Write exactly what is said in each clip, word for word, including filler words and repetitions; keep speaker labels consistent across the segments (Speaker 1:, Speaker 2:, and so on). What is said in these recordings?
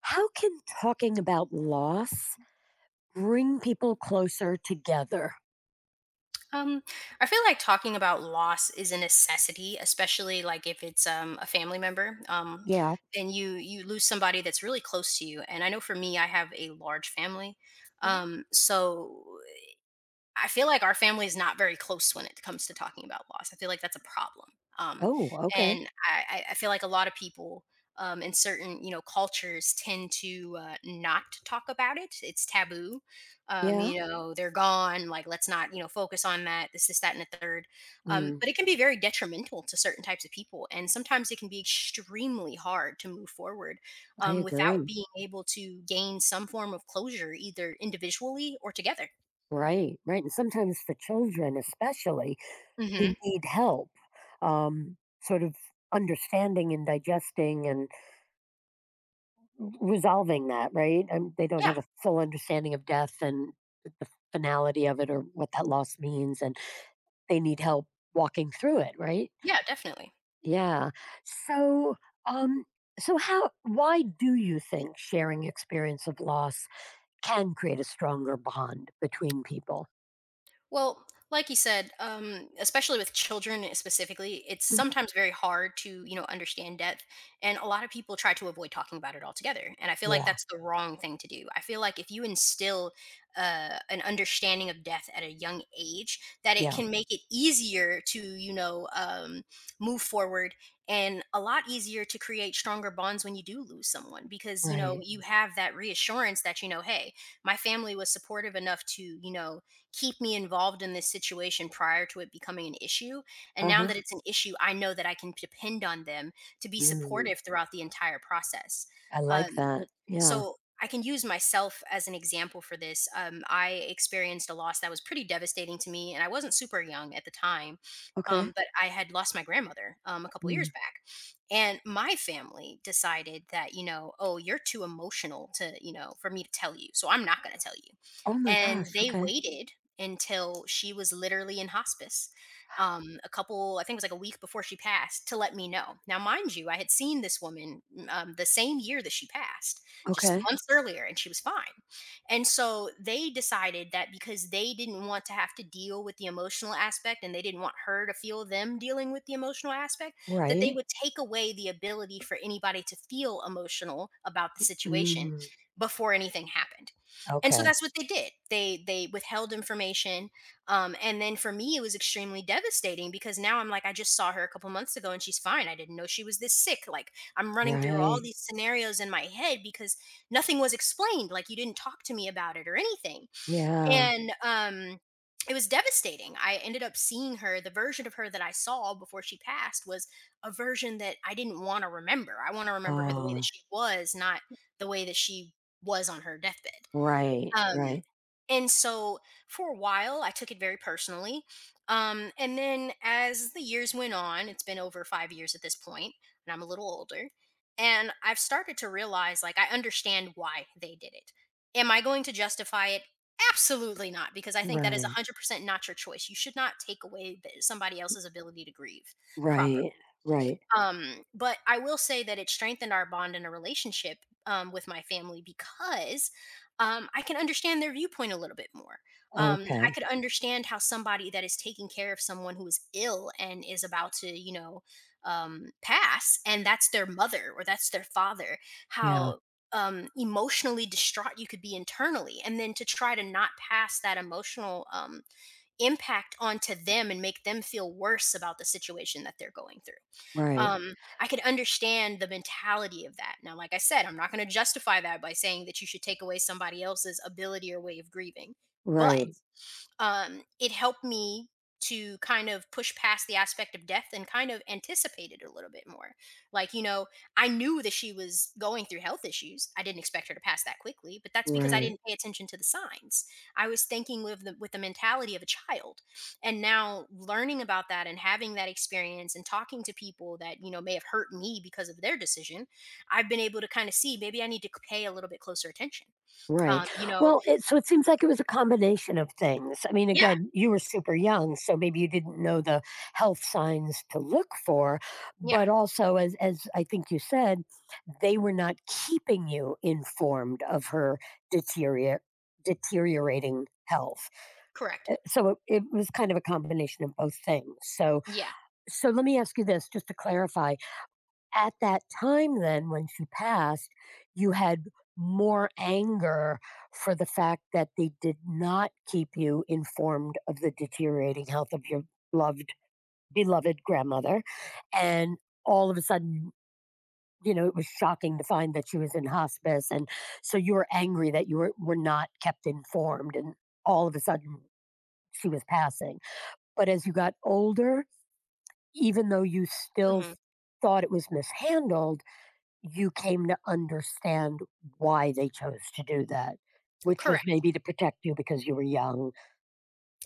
Speaker 1: How can talking about loss bring people closer together?
Speaker 2: Um, I feel like talking about loss is a necessity, especially like if it's um, a family member, um,
Speaker 1: Yeah.
Speaker 2: and you you lose somebody that's really close to you. And I know for me, I have a large family,
Speaker 1: Mhm.
Speaker 2: um, so I feel like our family is not very close when it comes to talking about loss. I feel like that's a problem. Um,
Speaker 1: Oh, okay.
Speaker 2: and I, I I feel like a lot of people um, in certain, you know, cultures tend to uh, not talk about it. It's taboo. Um,
Speaker 1: Yeah.
Speaker 2: you Mhm. know, they're gone. Like, let's not, you know, focus on that. This, this, that, and the third. Um,
Speaker 1: Mm,
Speaker 2: but it can be very detrimental to certain types of people. And sometimes it can be extremely hard to move forward
Speaker 1: I
Speaker 2: um, without
Speaker 1: agree.
Speaker 2: being able to gain some form of closure, either individually or together.
Speaker 1: Right. Right. And sometimes for children, especially who
Speaker 2: hmm
Speaker 1: need help, um, sort of understanding and digesting and resolving that, right? And they don't
Speaker 2: Yeah.
Speaker 1: have a full understanding of death and the finality of it or what that loss means. And they need help walking through it, right?
Speaker 2: Yeah, definitely.
Speaker 1: Yeah. So, um, so how? Why do you think sharing experience of loss can create a stronger bond between people?
Speaker 2: Well, like you said, um, especially with children specifically, it's
Speaker 1: Hmm.
Speaker 2: sometimes very hard to, you know, understand death. And a lot of people try to avoid talking about it altogether. And I feel like
Speaker 1: Yeah.
Speaker 2: that's the wrong thing to do. I feel like if you instill uh, an understanding of death at a young age, that it
Speaker 1: Yeah.
Speaker 2: can make it easier to, you know, um, move forward and a lot easier to create stronger bonds when you do lose someone because, you know,
Speaker 1: Right.
Speaker 2: you have that reassurance that, you know, hey, my family was supportive enough to, you know, keep me involved in this situation prior to it becoming an issue. And
Speaker 1: Uh
Speaker 2: now
Speaker 1: huh.
Speaker 2: that it's an issue, I know that I can depend on them to be
Speaker 1: Mm,
Speaker 2: supportive throughout the entire process.
Speaker 1: I like
Speaker 2: Um,
Speaker 1: that. Yeah.
Speaker 2: so I can use myself as an example for this. Um, I experienced a loss that was pretty devastating to me, and I wasn't super young at the time,
Speaker 1: Okay.
Speaker 2: um, but I had lost my grandmother um, a couple
Speaker 1: Mm.
Speaker 2: years back. And my family decided that, you know, oh, you're too emotional to, you know, for me to tell you. So I'm not going to tell you.
Speaker 1: Oh my
Speaker 2: And
Speaker 1: gosh.
Speaker 2: they
Speaker 1: Okay.
Speaker 2: waited until she was literally in hospice. Um, a couple, I think it was like a week before she passed, to let me know. Now, mind you, I had seen this woman mm, um, the same year that she passed, just
Speaker 1: Okay.
Speaker 2: months earlier, and she was fine. And so they decided that because they didn't want to have to deal with the emotional aspect and they didn't want her to feel them dealing with the emotional aspect, that they
Speaker 1: Right.
Speaker 2: would take away the ability for anybody to feel emotional about the situation
Speaker 1: Mm,
Speaker 2: before anything happened. And so
Speaker 1: okay.
Speaker 2: that's what they did. They they withheld information. Um, and then for me, it was extremely devastating because now I'm like, I just saw her a couple months ago and she's fine. I didn't know she was this sick. Like, I'm running through all
Speaker 1: Right.
Speaker 2: these scenarios in my head because nothing was explained. Like, you didn't talk to me about it or anything.
Speaker 1: Yeah.
Speaker 2: And um it was devastating. I ended up seeing her. The version of her that I saw before she passed was a version that I didn't want to remember. I want to remember her the way that
Speaker 1: Oh.
Speaker 2: she was, not the way that she was on her deathbed.
Speaker 1: Right.
Speaker 2: Um,
Speaker 1: Right.
Speaker 2: and so for a while, I took it very personally. Um, and then as the years went on, it's been over five years at this point, and I'm a little older. And I've started to realize, like, I understand why they did it. Am I going to justify it? Absolutely not, because I think that is
Speaker 1: Right.
Speaker 2: one hundred percent not your choice. You should not take away th- somebody else's ability to grieve properly.
Speaker 1: Right. Right.
Speaker 2: Um, but I will say that it strengthened our bond in a relationship um, with my family because um, I can understand their viewpoint a little bit more. Um, I
Speaker 1: Okay.
Speaker 2: could understand how somebody that is taking care of someone who is ill and is about to, you know, um, pass, and that's their mother or that's their father,
Speaker 1: Yeah.
Speaker 2: how um, emotionally distraught you could be internally. And then to try to not pass that emotional um, impact onto them and make them feel worse about the situation that they're going through
Speaker 1: Right.
Speaker 2: um I could understand the mentality of that. Now, like I said, I'm not going to justify that by saying that you should take away somebody else's ability or way of grieving, but
Speaker 1: Right.
Speaker 2: um, it helped me to kind of push past the aspect of death and kind of anticipate it a little bit more. Like, you know, I knew that she was going through health issues. I didn't expect her to pass that quickly, but that's because I
Speaker 1: Right.
Speaker 2: didn't pay attention to the signs. I was thinking with the with the mentality of a child. And now learning about that and having that experience and talking to people that, you know, may have hurt me because of their decision, I've been able to kind of see maybe I need to pay a little bit closer attention.
Speaker 1: Right.
Speaker 2: Um, you know,
Speaker 1: Well, it so it seems like it was a combination of things. I mean,
Speaker 2: yeah,
Speaker 1: again, you were super young, so maybe you didn't know the health signs to look for,
Speaker 2: yeah,
Speaker 1: but also as as I think you said, they were not keeping you informed of her deteriorate deteriorating health.
Speaker 2: correct.
Speaker 1: Uh, So it, it was kind of a combination of both things. So
Speaker 2: Yeah.
Speaker 1: so let me ask you this just to clarify. At that time then when she passed, you had more anger for the fact that they did not keep you informed of the deteriorating health of your loved beloved grandmother, and all of a sudden, you know, it was shocking to find that she was in hospice, and so you were angry that you were, were not kept informed, and all of a sudden she was passing. But as you got older, even though you still
Speaker 2: Mhm.
Speaker 1: thought it was mishandled, you came to understand why they chose to do that, which was
Speaker 2: Correct,
Speaker 1: maybe to protect you because you were young.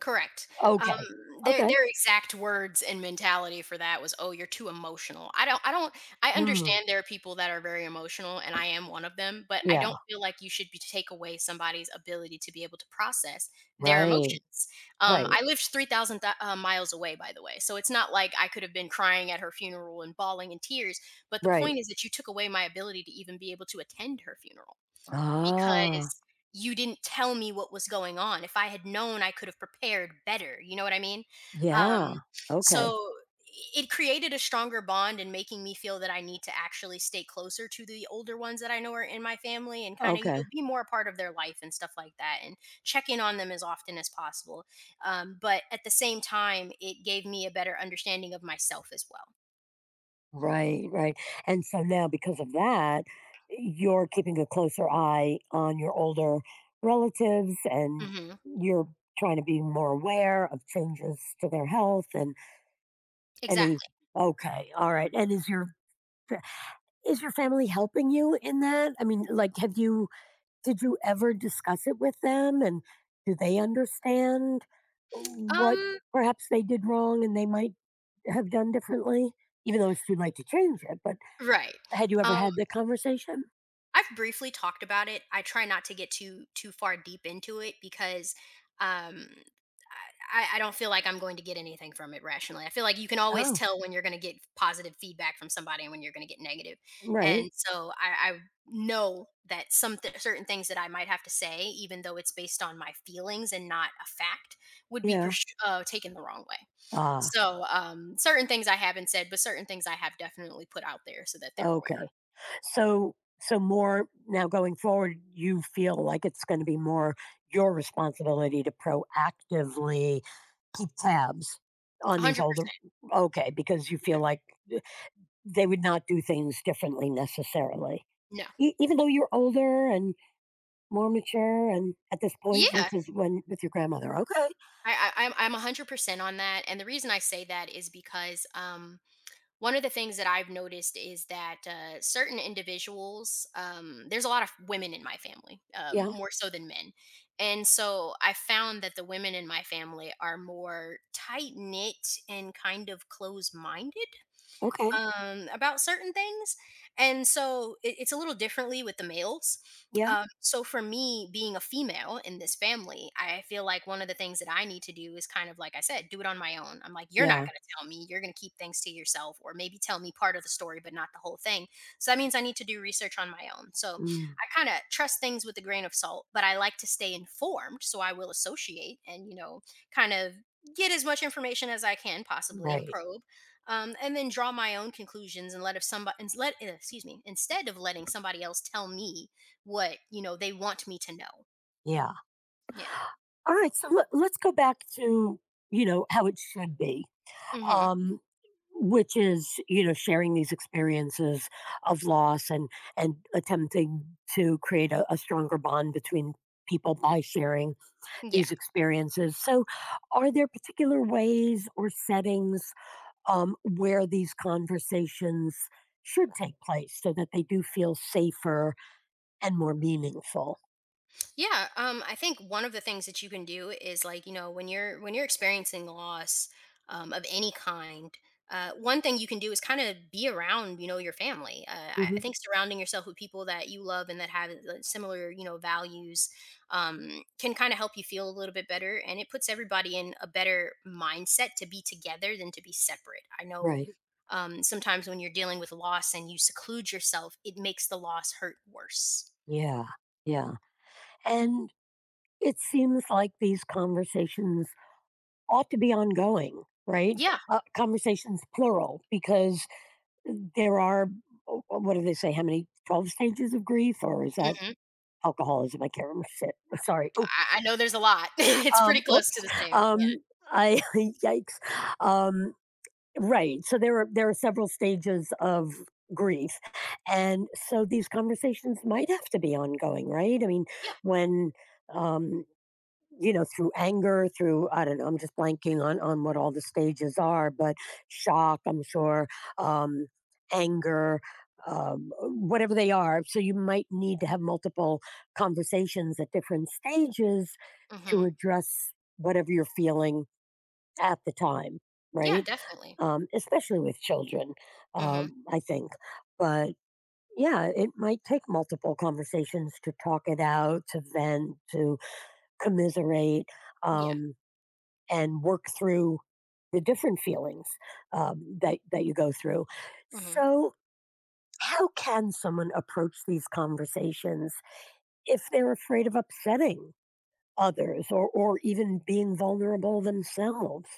Speaker 2: correct. Um,
Speaker 1: Okay.
Speaker 2: their
Speaker 1: Okay.
Speaker 2: their exact words and mentality for that was, "Oh, you're too emotional." I don't I don't I
Speaker 1: Mm.
Speaker 2: understand there are people that are very emotional, and I am one of them, but I
Speaker 1: Yeah.
Speaker 2: don't feel like you should be take away somebody's ability to be able to process their
Speaker 1: Right.
Speaker 2: emotions. Um,
Speaker 1: Right.
Speaker 2: I lived three thousand uh, miles away, by the way, so it's not like I could have been crying at her funeral and bawling in tears, but the
Speaker 1: Right.
Speaker 2: point is that you took away my ability to even be able to attend her funeral.
Speaker 1: Ah,
Speaker 2: Because you didn't tell me what was going on. If I had known, I could have prepared better. You know what I mean? Um,
Speaker 1: yeah. Okay.
Speaker 2: so it created a stronger bond and making me feel that I need to actually stay closer to the older ones that I know are in my family and kind of, you
Speaker 1: Okay.
Speaker 2: know, be more a part of their life and stuff like that and check in on them as often as possible. Um, but at the same time, it gave me a better understanding of myself as well.
Speaker 1: Right. Right. And so now, because of that, you're keeping a closer eye on your older relatives, and
Speaker 2: hmm
Speaker 1: you're trying to be more aware of changes to their health and any.
Speaker 2: Exactly.
Speaker 1: Okay. All right. And is your Yeah. Is your family helping you in that? I mean, like, have you did you ever discuss it with them, and do they understand what
Speaker 2: Um,
Speaker 1: perhaps they did wrong and they might have done differently? Even though it's too late to change it, but
Speaker 2: right.
Speaker 1: had you ever had the conversation?
Speaker 2: I've briefly talked about it. I try not to get too too far deep into it because um I, I don't feel like I'm going to get anything from it rationally. I feel like you can always
Speaker 1: Oh,
Speaker 2: tell when you're going to get positive feedback from somebody and when you're going to get negative.
Speaker 1: right.
Speaker 2: And so I, I know that some th- certain things that I might have to say, even though it's based on my feelings and not a fact, would be
Speaker 1: Yeah.
Speaker 2: pers- uh, taken the wrong way.
Speaker 1: Ah.
Speaker 2: So um, certain things I haven't said, but certain things I have definitely put out there so that they're aware.
Speaker 1: Okay. So so more now going forward, you feel like it's going to be more your responsibility to proactively keep tabs on these older
Speaker 2: one hundred percent.
Speaker 1: okay, because you feel
Speaker 2: Yeah.
Speaker 1: like eh, they would not do things differently necessarily.
Speaker 2: No.
Speaker 1: E- even though you're older and more mature and at this point
Speaker 2: Yeah,
Speaker 1: versus when with your grandmother. Okay.
Speaker 2: I, I I'm I'm one hundred percent on that, and the reason I say that is because um, one of the things that I've noticed is that uh, certain individuals, um, there's a lot of women in my family, um,
Speaker 1: Yeah.
Speaker 2: more so than men, and so I found that the women in my family are more tight knit and kind of close minded
Speaker 1: Okay.
Speaker 2: um, about certain things. And so it, it's a little differently with the males.
Speaker 1: Yeah.
Speaker 2: Um, so for me, being a female in this family, I feel like one of the things that I need to do is kind of, like I said, do it on my own. I'm like, you're not
Speaker 1: Yeah.
Speaker 2: going to tell me. You're going to keep things to yourself, or maybe tell me part of the story, but not the whole thing. So that means I need to do research on my own. So
Speaker 1: Mm,
Speaker 2: I kind of trust things with a grain of salt, but I like to stay informed. So I will associate and, you know, kind of get as much information as I can possibly and
Speaker 1: right.
Speaker 2: probe um, and then draw my own conclusions and let if somebody and let eh, excuse me, instead of letting somebody else tell me what you know they want me to know.
Speaker 1: Yeah.
Speaker 2: Yeah.
Speaker 1: All right. So let, let's go back to, you know, how it should be,
Speaker 2: Hmm.
Speaker 1: um, which is, you know, sharing these experiences of loss and and attempting to create a, a stronger bond between people by sharing
Speaker 2: Yeah.
Speaker 1: these experiences. So are there particular ways or settings um, where these conversations should take place so that they do feel safer and more meaningful?
Speaker 2: Yeah, um, I think one of the things that you can do is, like, you know, when you're when you're experiencing loss um, of any kind, uh, one thing you can do is kind of be around, you know, your family. Uh, I,
Speaker 1: Hmm.
Speaker 2: I think surrounding yourself with people that you love and that have uh, similar, you know, values um, can kind of help you feel a little bit better, and it puts everybody in a better mindset to be together than to be separate. I know
Speaker 1: Right.
Speaker 2: um, sometimes when you're dealing with loss and you seclude yourself, it makes the loss hurt worse.
Speaker 1: Yeah. Yeah. And it seems like these conversations ought to be ongoing, right?
Speaker 2: Yeah.
Speaker 1: Uh, conversations plural, because there are, oh, oh, what do they say, how many, twelve stages of grief, or is that
Speaker 2: Mhm.
Speaker 1: alcoholism? I can't remember shit. Sorry. Oop.
Speaker 2: I I know there's a lot. It's
Speaker 1: Um,
Speaker 2: pretty close
Speaker 1: oops.
Speaker 2: to the same. Yeah.
Speaker 1: Um, I, yikes. Um, right. So there are, there are several stages of grief. And so these conversations might have to be ongoing, right? I mean,
Speaker 2: Yeah.
Speaker 1: when, Um, you know, through anger, through I don't know, I'm just blanking on on what all the stages are, but shock, I'm sure, um, anger, um, whatever they are. So you might need to have multiple conversations at different stages to
Speaker 2: Mhm.
Speaker 1: address whatever you're feeling at the time,
Speaker 2: Yeah,
Speaker 1: right?
Speaker 2: definitely.
Speaker 1: Um, especially with children,
Speaker 2: Mhm.
Speaker 1: um, I think. But yeah, it might take multiple conversations to talk it out, to vent, to commiserate,
Speaker 2: Yeah.
Speaker 1: um, and work through the different feelings, um, that, that you go through.
Speaker 2: Mhm.
Speaker 1: So how can someone approach these conversations if they're afraid of upsetting others, or, or even being vulnerable themselves?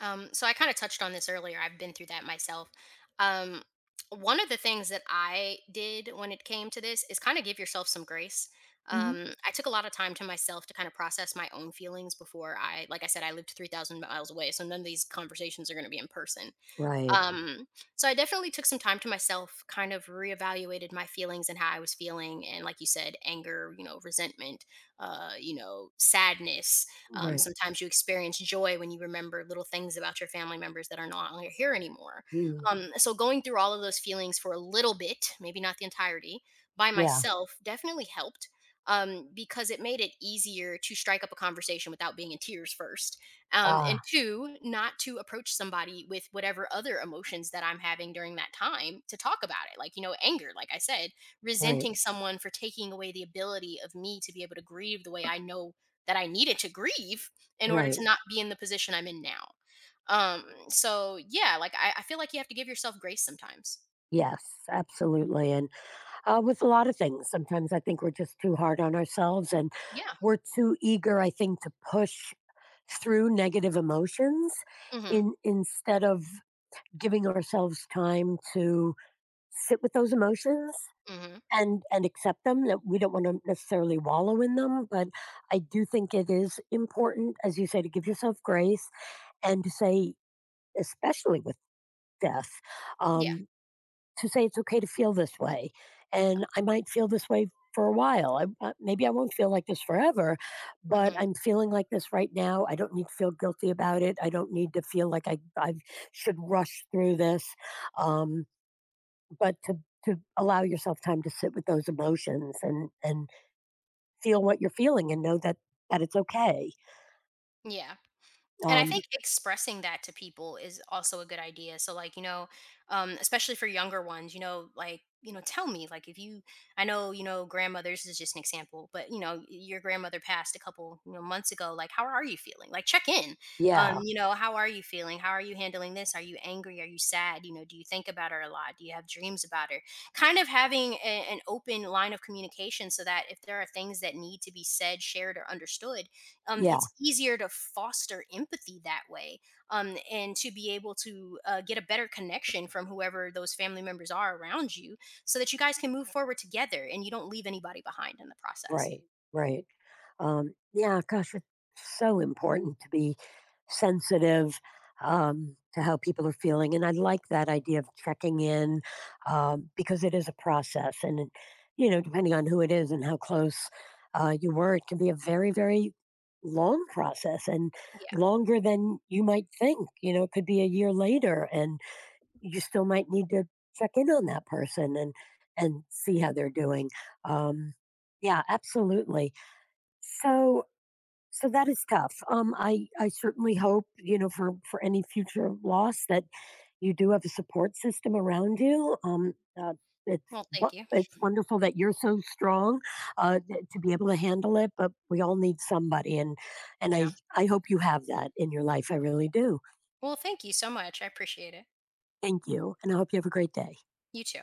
Speaker 2: Um, so I kinda touched on this earlier. I've been through that myself. Um, One of the things that I did when it came to this is kinda give yourself some grace.
Speaker 1: Mhm.
Speaker 2: Um, I took a lot of time to myself to kind of process my own feelings before I, like I said, I lived three thousand miles away, so none of these conversations are gonna be in person.
Speaker 1: Right,
Speaker 2: Um, so I definitely took some time to myself, kind of reevaluated my feelings and how I was feeling. And like you said, anger, you know, resentment, uh, you know, sadness. Um,
Speaker 1: right.
Speaker 2: sometimes you experience joy when you remember little things about your family members that are not on- here anymore.
Speaker 1: Mm,
Speaker 2: Um, so going through all of those feelings for a little bit, maybe not the entirety, by
Speaker 1: yeah.
Speaker 2: myself definitely helped um, because it made it easier to strike up a conversation without being in tears first um, and
Speaker 1: Ah,
Speaker 2: two, not to approach somebody with whatever other emotions that I'm having during that time to talk about it. Like, you know, anger, like I said,
Speaker 1: right,
Speaker 2: resenting someone for taking away the ability of me to be able to grieve the way I know that I needed to grieve in order to
Speaker 1: right.
Speaker 2: not be in the position I'm in now. Um, so yeah, like I, I feel like you have to give yourself grace sometimes.
Speaker 1: Yes, absolutely. And Uh, with a lot of things. Sometimes I think we're just too hard on ourselves, and
Speaker 2: Yeah.
Speaker 1: we're too eager, I think, to push through negative emotions
Speaker 2: Mm-hmm.
Speaker 1: in instead of giving ourselves time to sit with those emotions
Speaker 2: Mm-hmm.
Speaker 1: and and accept them, that we don't want to necessarily wallow in them. But I do think it is important, as you say, to give yourself grace, and to say, especially with death,
Speaker 2: Yeah.
Speaker 1: um, to say it's okay to feel this way.
Speaker 2: Yeah.
Speaker 1: And I might feel this way for a while. I, uh, maybe I won't feel like this forever, but
Speaker 2: Mm-hmm.
Speaker 1: I'm feeling like this right now. I don't need to feel guilty about it. I don't need to feel like I, I should rush through this. Um, but to to allow yourself time to sit with those emotions and and feel what you're feeling and know that that it's okay.
Speaker 2: Yeah. And I
Speaker 1: Um,
Speaker 2: think expressing that to people is also a good idea. So, like, you know, um, especially for younger ones, you know, like, you know, tell me, like, if you, I know, you know, grandmothers is just an example, but, you know, your grandmother passed a couple, you know, months ago. Like, how are you feeling? Like, check in. Um,
Speaker 1: yeah,
Speaker 2: you know, how are you feeling? How are you handling this? Are you angry? Are you sad? You know, do you think about her a lot? Do you have dreams about her? Kind of having a- an open line of communication so that if there are things that need to be said, shared, or understood, um,
Speaker 1: yeah.
Speaker 2: it's easier to foster empathy that way um, and to be able to uh, get a better connection from whoever those family members are around you so that you guys can move forward together and you don't leave anybody behind in the process.
Speaker 1: Right, right. Um, yeah, gosh, it's so important to be sensitive, um, to how people are feeling. And I like that idea of checking in, um, because it is a process. And, it- you know, depending on who it is and how close uh, you were, it can be a very, very long process and
Speaker 2: Yeah.
Speaker 1: longer than you might think. You know, it could be a year later. And you still might need to check in on that person and and see how they're doing. um yeah, absolutely. So so that is tough. um i i certainly hope, you know, for for any future loss, that you do have a support system around you. um uh, it's
Speaker 2: Well, thank
Speaker 1: what
Speaker 2: you.
Speaker 1: it's wonderful that you're so strong, uh, th- to be able to handle it. But we all need somebody, and and i
Speaker 2: Yeah.
Speaker 1: I hope you have that in your life, I really do.
Speaker 2: Well, thank you so much. I appreciate it.
Speaker 1: Thank you, and I hope you have a great day.
Speaker 2: You too.